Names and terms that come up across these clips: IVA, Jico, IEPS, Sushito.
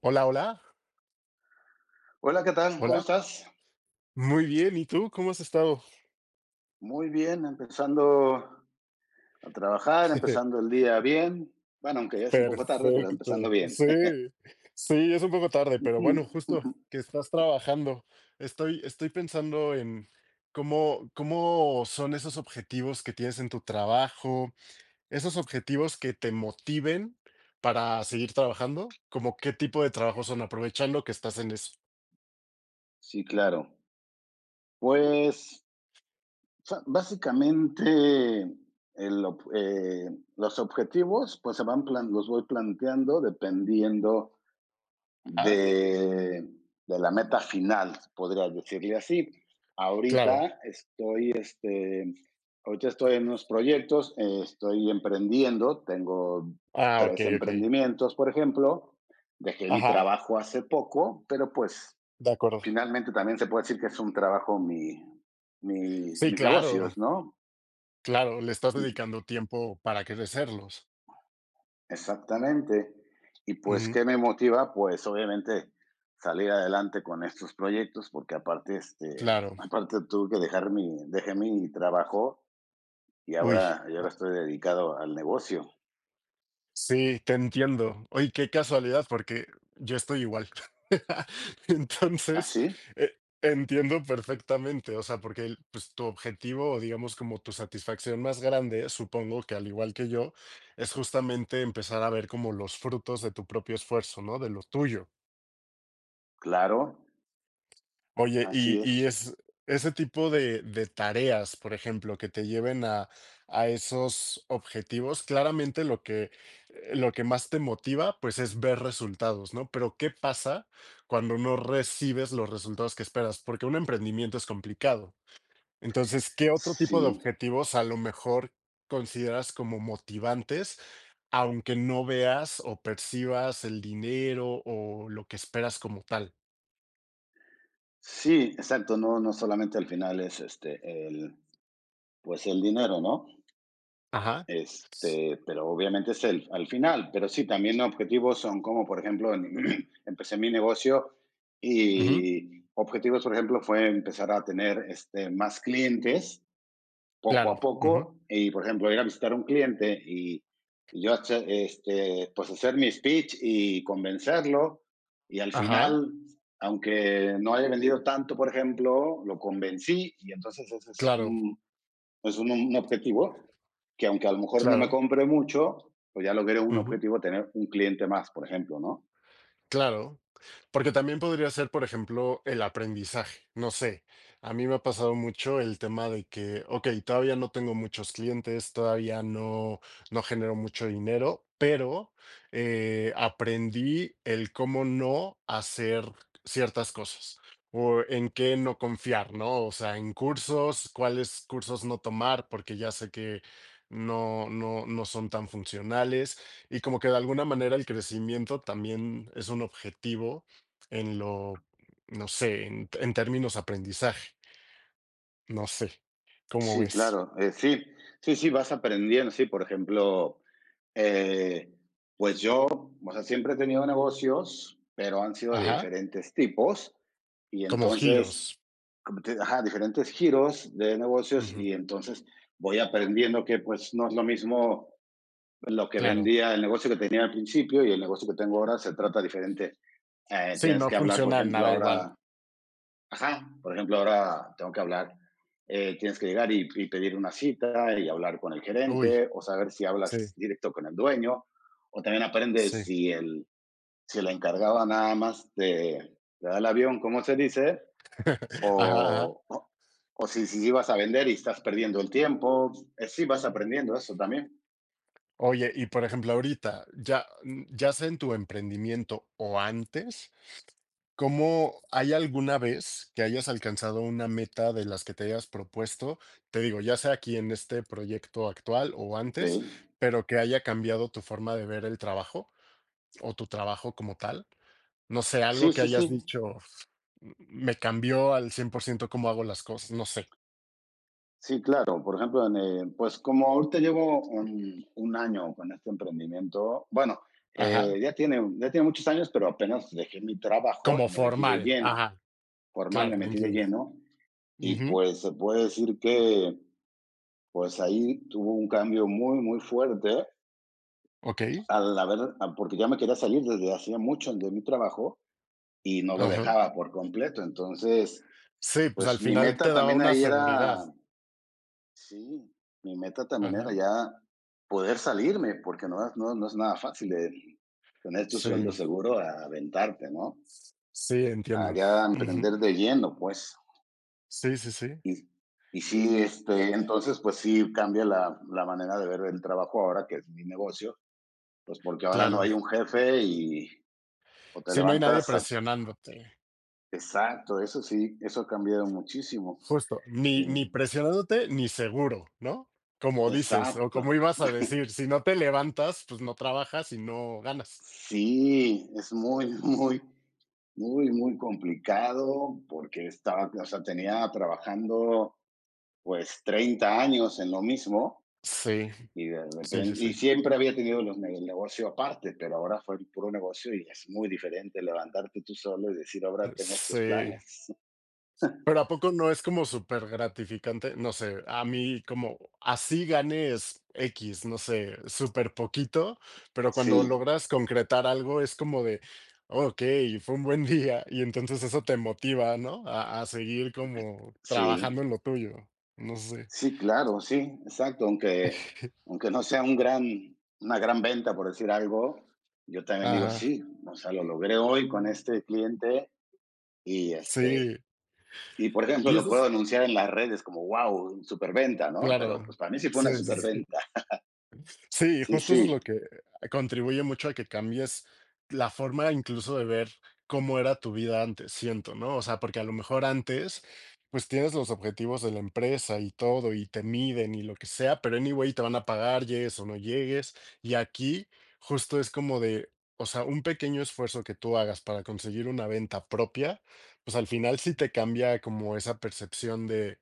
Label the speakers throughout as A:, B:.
A: Hola, hola,
B: Hola, ¿qué tal? ¿Cómo
A: hola.
B: estás?
A: Muy bien, ¿y tú cómo has estado?
B: Muy bien, empezando a trabajar, empezando el día bien. Bueno, aunque ya es un poco tarde, pero empezando
A: Perfecto.
B: bien.
A: Sí, sí, es un poco tarde, pero
B: Ujú,
A: bueno, justo
B: ujú.
A: que estás trabajando. Estoy pensando en cómo son esos objetivos que tienes en tu trabajo, esos objetivos que te motiven para seguir trabajando, como qué tipo de trabajo son, aprovechando que estás en eso.
B: Sí, claro. Pues básicamente el ob- eh, los objetivos, pues los voy planteando dependiendo
A: Ajá,
B: de, de la meta final, podría decirle así.
A: claro.
B: Ahorita estoy, ahorita estoy en unos proyectos, estoy emprendiendo, tengo
A: Ah, ok,
B: tres
A: ok.
B: emprendimientos, por ejemplo. Dejé mi
A: Ajá,
B: trabajo hace poco, pero pues
A: de acuerdo.
B: finalmente también se puede decir que es un trabajo mi, mi
A: Sí,
B: mis
A: claro.
B: negocios, ¿no?
A: Claro, le estás
B: Y
A: dedicando tiempo para crecerlos.
B: exactamente. Y pues,
A: Ujú.
B: ¿qué me motiva? Pues obviamente salir adelante con estos proyectos, porque aparte,
A: Claro.
B: aparte tuve que dejé mi trabajo
A: Uy,
B: y ahora
A: ah,
B: estoy dedicado al negocio.
A: sí, te entiendo. Oye, qué casualidad, porque yo estoy igual.
B: ¿Ah,
A: Entonces,
B: sí?
A: eh, entiendo perfectamente, o sea, porque el pues, tu objetivo, o digamos, como tu satisfacción más grande, supongo que al igual que yo, es justamente empezar a ver como los frutos de tu propio esfuerzo, ¿no? De lo tuyo.
B: Claro,
A: Oye,
B: así
A: y
B: es.
A: es ese tipo de tareas, por ejemplo, que te lleven a esos objetivos, claramente lo que más te motiva, pues, es ver resultados, ¿no? Pero, ¿qué pasa cuando no recibes los resultados que esperas? Porque un emprendimiento es complicado. Entonces, ¿qué otro tipo
B: Sí,
A: de objetivos a lo mejor consideras como motivantes, aunque no veas o percibas el dinero o lo que esperas como tal?
B: sí, exacto. No, no solamente al final pues el dinero, ¿no?
A: Ajá,
B: Pero obviamente al final, pero sí, también objetivos son como, por ejemplo, empecé mi negocio
A: ujú,
B: y objetivos, por ejemplo, fue empezar a tener más clientes poco
A: claro,
B: a
A: ujú.
B: poco y, por ejemplo, ir a visitar a un cliente y, pues hacer mi speech y convencerlo y al
A: Ajá,
B: final, aunque no haya vendido tanto, por ejemplo, lo convencí y entonces ese
A: claro,
B: es un objetivo que aunque a lo mejor no me
A: claro,
B: compre mucho, pues ya logré un
A: ujú,
B: objetivo, tener un cliente más, por ejemplo, ¿no?
A: claro. Porque también podría ser, por ejemplo, el aprendizaje. No sé, a mí me ha pasado mucho el tema de que, okey, todavía no tengo muchos clientes, todavía no genero mucho dinero, pero, aprendí el cómo no hacer ciertas cosas, o en qué no confiar, ¿no? O sea, en cursos, cuáles cursos no tomar, porque ya sé que no son tan funcionales. Y como que de alguna manera el crecimiento también es un objetivo en lo, no sé, en términos aprendizaje, no sé, ¿cómo
B: Sí,
A: ves?
B: claro, sí, sí, vas aprendiendo, sí, por ejemplo, eh, pues yo, o sea, siempre he tenido negocios, pero han sido de
A: Ajá,
B: diferentes tipos y
A: como
B: entonces,
A: giros.
B: ajá, diferentes giros de negocios
A: Ujú,
B: y entonces voy aprendiendo que pues no es lo mismo lo que
A: claro.
B: vendía el negocio que tenía al principio y el negocio que tengo ahora se trata diferente.
A: Sí,
B: Tienes
A: no
B: que hablar, por
A: funciona
B: ejemplo,
A: nada igual.
B: ahora, ajá, por ejemplo, ahora tengo que hablar, tienes que llegar y pedir una cita y hablar con el gerente
A: Uy,
B: o saber si hablas
A: sí,
B: directo con el dueño, o también aprendes
A: sí.
B: si el encargado nada más te da el avión, ¿cómo se dice?
A: Ajá, ajá.
B: O, o, o si, si ibas a vender y estás perdiendo el tiempo. Sí, vas aprendiendo eso también.
A: Oye, y por ejemplo, ahorita, ya, ya sea en tu emprendimiento o antes, ¿cómo hay alguna vez que hayas alcanzado una meta de las que te hayas propuesto? Te digo, ya sea aquí en este proyecto actual o
B: Ok.
A: antes, pero que haya cambiado tu forma de ver el trabajo o tu trabajo como tal. No sé, algo
B: Sí,
A: que
B: sí, sí.
A: hayas dicho, me cambió al 100% cómo hago las cosas, no sé.
B: Sí, claro. Por ejemplo, pues como ahorita llevo un año con este emprendimiento, bueno,
A: Ajá,
B: ya tiene muchos años, pero apenas dejé mi trabajo
A: como
B: y me metí de
A: formal.
B: lleno,
A: Ajá,
B: formal me
A: claro,
B: metí de
A: entiendo.
B: lleno y
A: Ujú,
B: pues se puede decir que pues ahí tuvo un cambio muy, muy fuerte
A: ok,
B: al porque ya me quería salir desde hacía mucho de mi trabajo y no lo
A: ajá.
B: dejaba por completo. Entonces,
A: Sí, pues
B: pues
A: al
B: mi
A: final te
B: meta
A: daba
B: también
A: una
B: ahí
A: seguridad.
B: era. Sí, mi meta también era
A: Ajá,
B: ya poder salirme, porque no es, no es nada fácil de tener tu
A: sí,
B: sueldo seguro a aventarte, ¿no?
A: sí,
B: A
A: entiendo.
B: ya
A: Ujú.
B: emprender de lleno, pues.
A: Sí, sí, sí,
B: Y, y sí, entonces, pues sí cambia la manera de ver el trabajo ahora, que es mi negocio, pues porque ahora no
A: claro.
B: hay un jefe y o te
A: Si no hay nadie presionándote.
B: exacto, eso sí, eso ha cambiado muchísimo.
A: Justo, ni
B: Y-
A: presionándote, ni seguro, ¿no? Como dices, o como
B: exacto,
A: ibas a decir, si no te levantas, pues no trabajas y no ganas.
B: sí, es muy, muy muy, muy complicado porque estaba, o sea, tenía trabajando pues 30 años en lo mismo
A: Sí,
B: y
A: sí, sí, sí.
B: y siempre había tenido los el negocio aparte, pero ahora fue el puro negocio y es muy diferente levantarte tú solo y decir, ahora tengo estos
A: Sí.
B: planes.
A: Pero ¿a poco no es como súper gratificante? No sé, a mí como así ganes x no sé, súper poquito, pero cuando
B: Sí,
A: logras concretar algo es como de: "Okey, fue un buen día", y entonces eso te motiva, ¿no? A seguir como trabajando
B: sí,
A: en lo tuyo, no sé.
B: sí, claro, sí, exacto, aunque no sea una gran venta, por decir algo, yo también digo,
A: Ajá,
B: sí, o sea, lo logré hoy con este cliente y
A: sí,
B: y por ejemplo,
A: y
B: lo
A: eso
B: puedo
A: es
B: anunciar en las redes como, wow, superventa, ¿no?
A: claro,
B: Pero pues para mí sí fue una
A: sí, sí, sí.
B: superventa.
A: Sí,
B: Sí,
A: justo
B: sí,
A: eso es lo que contribuye mucho a que cambies la forma incluso de ver cómo era tu vida antes, siento, ¿no? O sea, porque a lo mejor antes, pues tienes los objetivos de la empresa y todo, y te miden y lo que sea, pero anyway te van a pagar, llegues o no llegues. Y aquí justo es como de, o sea, un pequeño esfuerzo que tú hagas para conseguir una venta propia, pues al final sí te cambia como esa percepción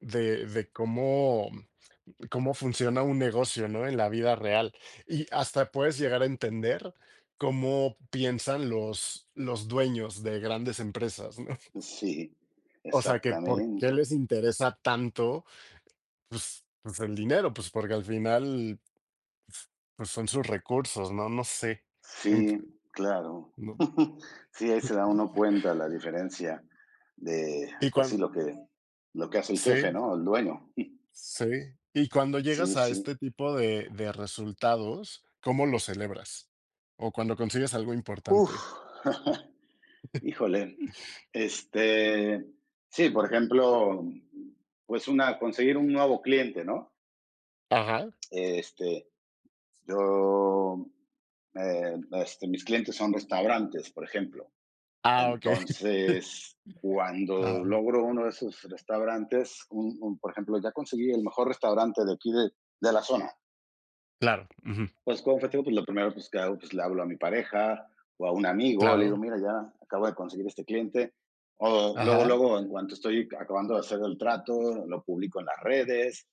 A: de cómo cómo funciona un negocio, ¿no? En la vida real. Y hasta puedes llegar a entender cómo piensan los dueños de grandes empresas, ¿no?
B: sí,
A: O sea, que por qué
B: exactamente.
A: les interesa tanto, pues, pues el dinero, pues porque al final, pues son sus recursos, ¿no? No sé. En-
B: Sí, claro.
A: no.
B: Sí, ahí se da uno cuenta la diferencia de,
A: Y
B: pues sí,
A: cuando,
B: lo que hace el jefe,
A: sí,
B: ¿no? El dueño.
A: sí. Y cuando
B: Sí,
A: llegas a
B: sí.
A: este tipo de resultados, ¿cómo lo celebras? O cuando consigues algo
B: Uf,
A: importante.
B: híjole. Este, sí, por ejemplo, pues conseguir un nuevo cliente, ¿no?
A: Ajá.
B: Este, Yo, eh, mis clientes son restaurantes, por ejemplo.
A: Ah, ok.
B: Entonces, cuando
A: Ah.
B: logro uno de esos restaurantes, por ejemplo, ya conseguí el mejor restaurante de aquí de la zona.
A: Claro, ujú,
B: Pues, ¿cómo festejo? Pues lo primero que hago, pues le hablo a mi pareja o a un amigo, le digo,
A: claro.
B: mira, ya acabo de conseguir este cliente. O luego,
A: Ajá,
B: luego, en cuanto estoy acabando de hacer el trato, lo publico en las redes.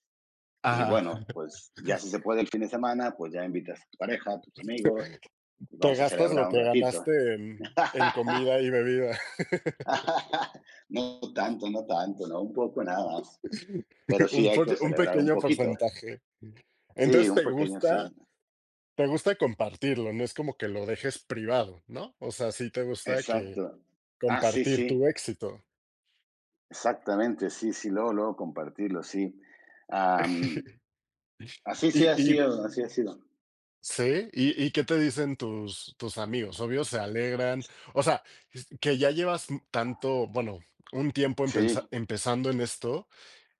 B: Y
A: ajá.
B: bueno, pues ya si se puede el fin de semana, pues ya invitas a tu pareja, a tus amigos, y
A: Te
B: vamos a
A: gastas lo
B: celebrar un
A: que
B: ratito.
A: ganaste en comida y bebida,
B: No tanto, no tanto, no, un poco nada más. Pero sí
A: un
B: hay
A: por
B: que
A: un
B: celebrar un
A: pequeño
B: poquito.
A: porcentaje.
B: Sí,
A: Entonces,
B: un pequeño sí.
A: te gusta compartirlo, no es como que lo dejes privado, ¿no? O sea, sí te gusta que
B: Exacto. Ah, sí,
A: compartir
B: sí.
A: tu éxito.
B: Exactamente, sí, sí, luego, luego compartirlo, sí. Am, así sí
A: Y
B: ha
A: y
B: sido, así ha sido.
A: sí, ¿y qué te dicen tus amigos? Obvio se alegran, o sea, es que ya llevas tanto, bueno, un tiempo empensa
B: Sí.
A: empezando en esto.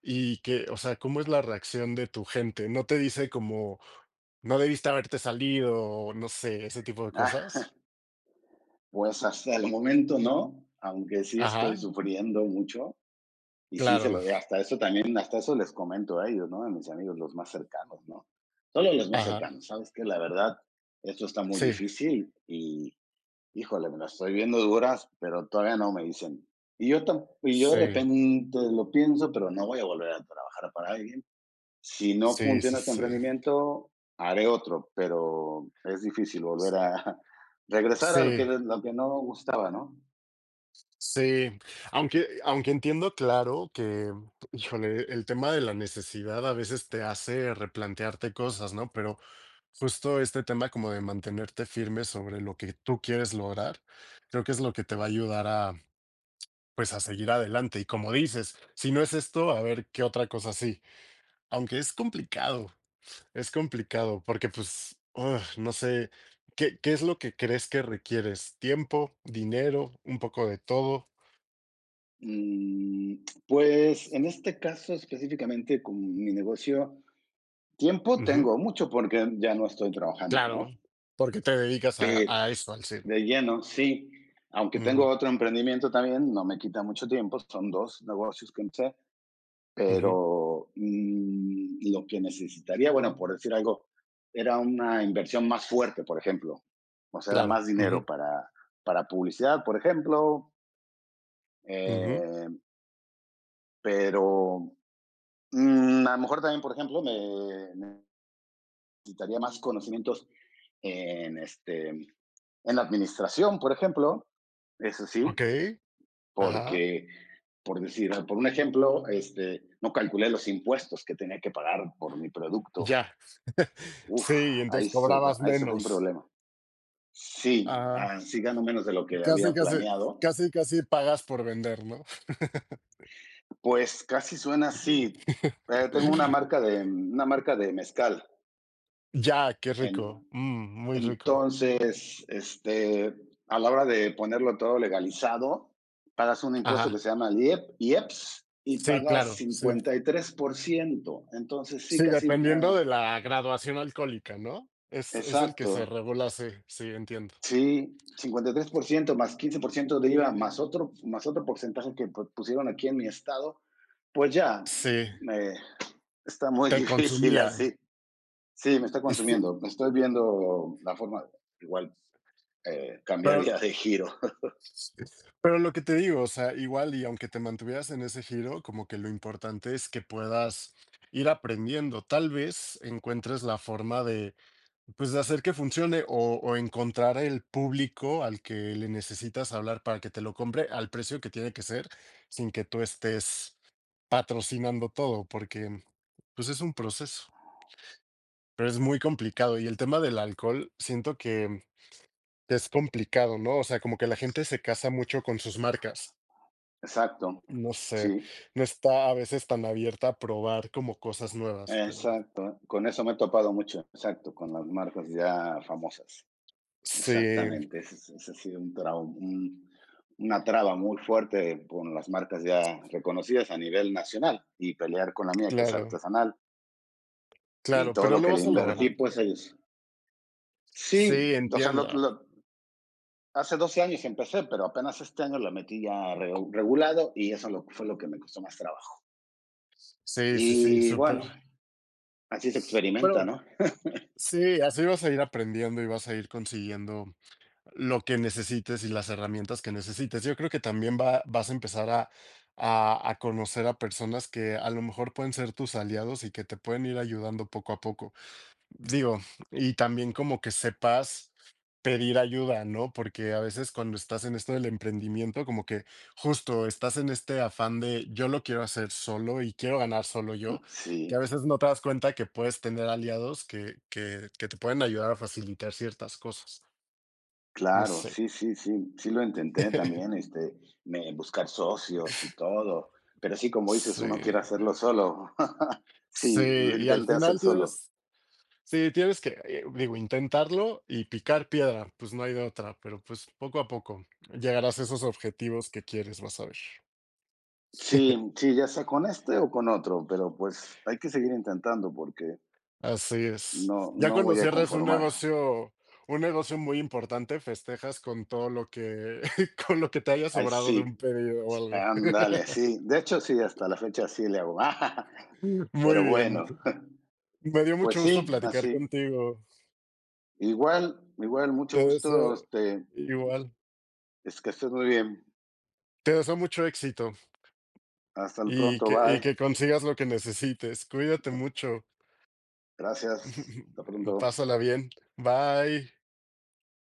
A: Y que, o sea, ¿cómo es la reacción de tu gente? ¿No te dice como, no debiste haberte salido, o no sé, ese tipo de
B: Ah,
A: cosas?
B: pues hasta el momento no, aunque sí estoy
A: Ajá,
B: sufriendo mucho. Y sí, se
A: claro,
B: lo de hasta eso también, hasta eso les comento a ellos, ¿no? A mis amigos, los más cercanos, ¿no? Solo los más
A: ajá,
B: cercanos, ¿sabes? Que la verdad, esto está muy
A: sí,
B: difícil y, híjole, me las estoy viendo duras, pero todavía no me dicen. Y yo de
A: sí,
B: repente lo pienso, pero no voy a volver a trabajar para alguien. Si no
A: sí, sí,
B: funciona este
A: sí,
B: emprendimiento, haré otro, pero es difícil volver
A: s-
B: a regresar a
A: sí,
B: lo que no gustaba, ¿no?
A: sí. Aunque, aunque entiendo, claro, que, híjole, el tema de la necesidad a veces te hace replantearte cosas, ¿no? Pero justo este tema como de mantenerte firme sobre lo que tú quieres lograr, creo que es lo que te va a ayudar a pues a seguir adelante. Y como dices, si no es esto, a ver qué otra cosa sí. Aunque es complicado, porque pues, ugh, no sé, ¿qué, qué es lo que crees que requieres? ¿Tiempo, dinero, un poco de todo?
B: Mm, pues en este caso específicamente con mi negocio, tiempo
A: Ujú,
B: tengo mucho porque ya no estoy trabajando,
A: claro,
B: ¿no?
A: porque te dedicas
B: Pe-
A: a eso, al ser.
B: de lleno, sí. Aunque tengo
A: Ujú,
B: otro emprendimiento también, no me quita mucho tiempo, son dos negocios que empecé,
A: ujú,
B: pero mm, lo que necesitaría, bueno, por decir algo, era una inversión más fuerte, por ejemplo. O sea, era
A: claro.
B: más
A: Ujú,
B: dinero para publicidad, por ejemplo,
A: ujú,
B: eh, pero mm, a lo mejor también, por ejemplo, me necesitaría más conocimientos en la administración, por ejemplo, eso
A: ok,
B: sí,
A: ajá,
B: porque, por decir, por un ejemplo, no calculé los impuestos que tenía que pagar por mi producto.
A: ya.
B: Uf,
A: Sí, y entonces cobrabas
B: ahí se fue un
A: menos.
B: problema. Sí,
A: Ah,
B: así gano menos de lo que
A: casi,
B: había
A: casi,
B: planeado.
A: casi, casi pagas por vender, ¿no?
B: Pues casi suena así. Tengo una marca de mezcal.
A: Ya, qué
B: En
A: rico. Mm, muy rico.
B: entonces, a la hora de ponerlo todo legalizado, pagas un impuesto que
A: Ajá.
B: se llama el IEPS y
A: Sí,
B: pagas
A: claro, sí.
B: 53%. Entonces, sí,
A: Sí,
B: casi,
A: dependiendo de
B: ah,
A: la graduación alcohólica, ¿no? Es el que se
B: exacto,
A: regula, sí, sí, entiendo.
B: sí, 53% más 15% de IVA más otro porcentaje que pusieron aquí en mi estado, pues ya,
A: Sí,
B: me, está muy
A: te
B: difícil
A: consumía.
B: así. Sí, me está
A: Y sí,
B: consumiendo. Estoy viendo la forma, igual, cambiar
A: pero,
B: ya de giro.
A: pero lo que te digo, o sea, igual y aunque te mantuvieras en ese giro, como que lo importante es que puedas ir aprendiendo. Tal vez encuentres la forma de pues de hacer que funcione o encontrar el público al que le necesitas hablar para que te lo compre al precio que tiene que ser, sin que tú estés patrocinando todo, porque pues es un proceso, pero es muy complicado. Y el tema del alcohol, siento que es complicado, ¿no? O sea, como que la gente se casa mucho con sus marcas.
B: Exacto,
A: No
B: sí,
A: sé, no está a veces tan abierta a probar como cosas nuevas, pero
B: exacto. Con eso me he topado mucho, exacto, con las marcas ya famosas.
A: sí,
B: Exactamente, ese ha sido una traba muy fuerte con las marcas ya reconocidas a nivel nacional y pelear con la mía, que es
A: claro,
B: artesanal, y
A: claro,
B: todo
A: pero
B: lo
A: lo
B: que le
A: vas a lograr.
B: invertí, pues ellos.
A: Sí,
B: Sí, o sea,
A: entiendo.
B: hace 12 años empecé, pero apenas este año la metí ya regulado y eso fue lo que me costó más trabajo.
A: Sí, sí, sí,
B: Y
A: súper.
B: bueno, así se experimenta,
A: Pero
B: ¿no?
A: sí, así vas a ir aprendiendo y vas a ir consiguiendo lo que necesites y las herramientas que necesites. Yo creo que también va, vas a empezar a conocer a personas que a lo mejor pueden ser tus aliados y que te pueden ir ayudando poco a poco. Digo, y también como que sepas pedir ayuda, ¿no? Porque a veces cuando estás en esto del emprendimiento, como que justo estás en este afán de yo lo quiero hacer solo y quiero ganar solo yo, que a
B: Sí.
A: veces no te das cuenta que puedes tener aliados que te pueden ayudar a facilitar ciertas cosas. No
B: Claro,
A: sé.
B: sí, sí, sí, sí lo intenté también, me buscar socios y todo, pero sí, como dices,
A: Sí,
B: uno quiere hacerlo solo. Sí, lo
A: sí, y al
B: intenté hacer
A: final
B: solo.
A: tienes... Sí, tienes que, digo, intentarlo y picar piedra, pues no hay de otra, pero pues poco a poco llegarás a esos objetivos que quieres, vas a ver.
B: Sí, sí, ya sea con este o con otro, pero pues hay que seguir intentando porque
A: Así es. Ya
B: no
A: cuando
B: voy a
A: cierres
B: conformar.
A: un negocio muy importante, festejas con todo lo que, con lo que te haya
B: Ay,
A: sobrado de un
B: sí,
A: pedido o algo.
B: ándale, sí. De hecho, sí, hasta la fecha sí le hago.
A: Muy
B: Pero
A: bien.
B: bueno,
A: Me dio
B: pues
A: mucho gusto
B: sí,
A: platicar
B: así.
A: contigo.
B: Igual, igual, mucho
A: Te
B: gusto,
A: deseo igual.
B: es que estés muy bien.
A: Te deseo mucho éxito
B: Hasta el pronto,
A: y
B: bye.
A: que consigas lo que necesites. Cuídate mucho.
B: Gracias. Hasta pronto.
A: Pásala bien. Bye.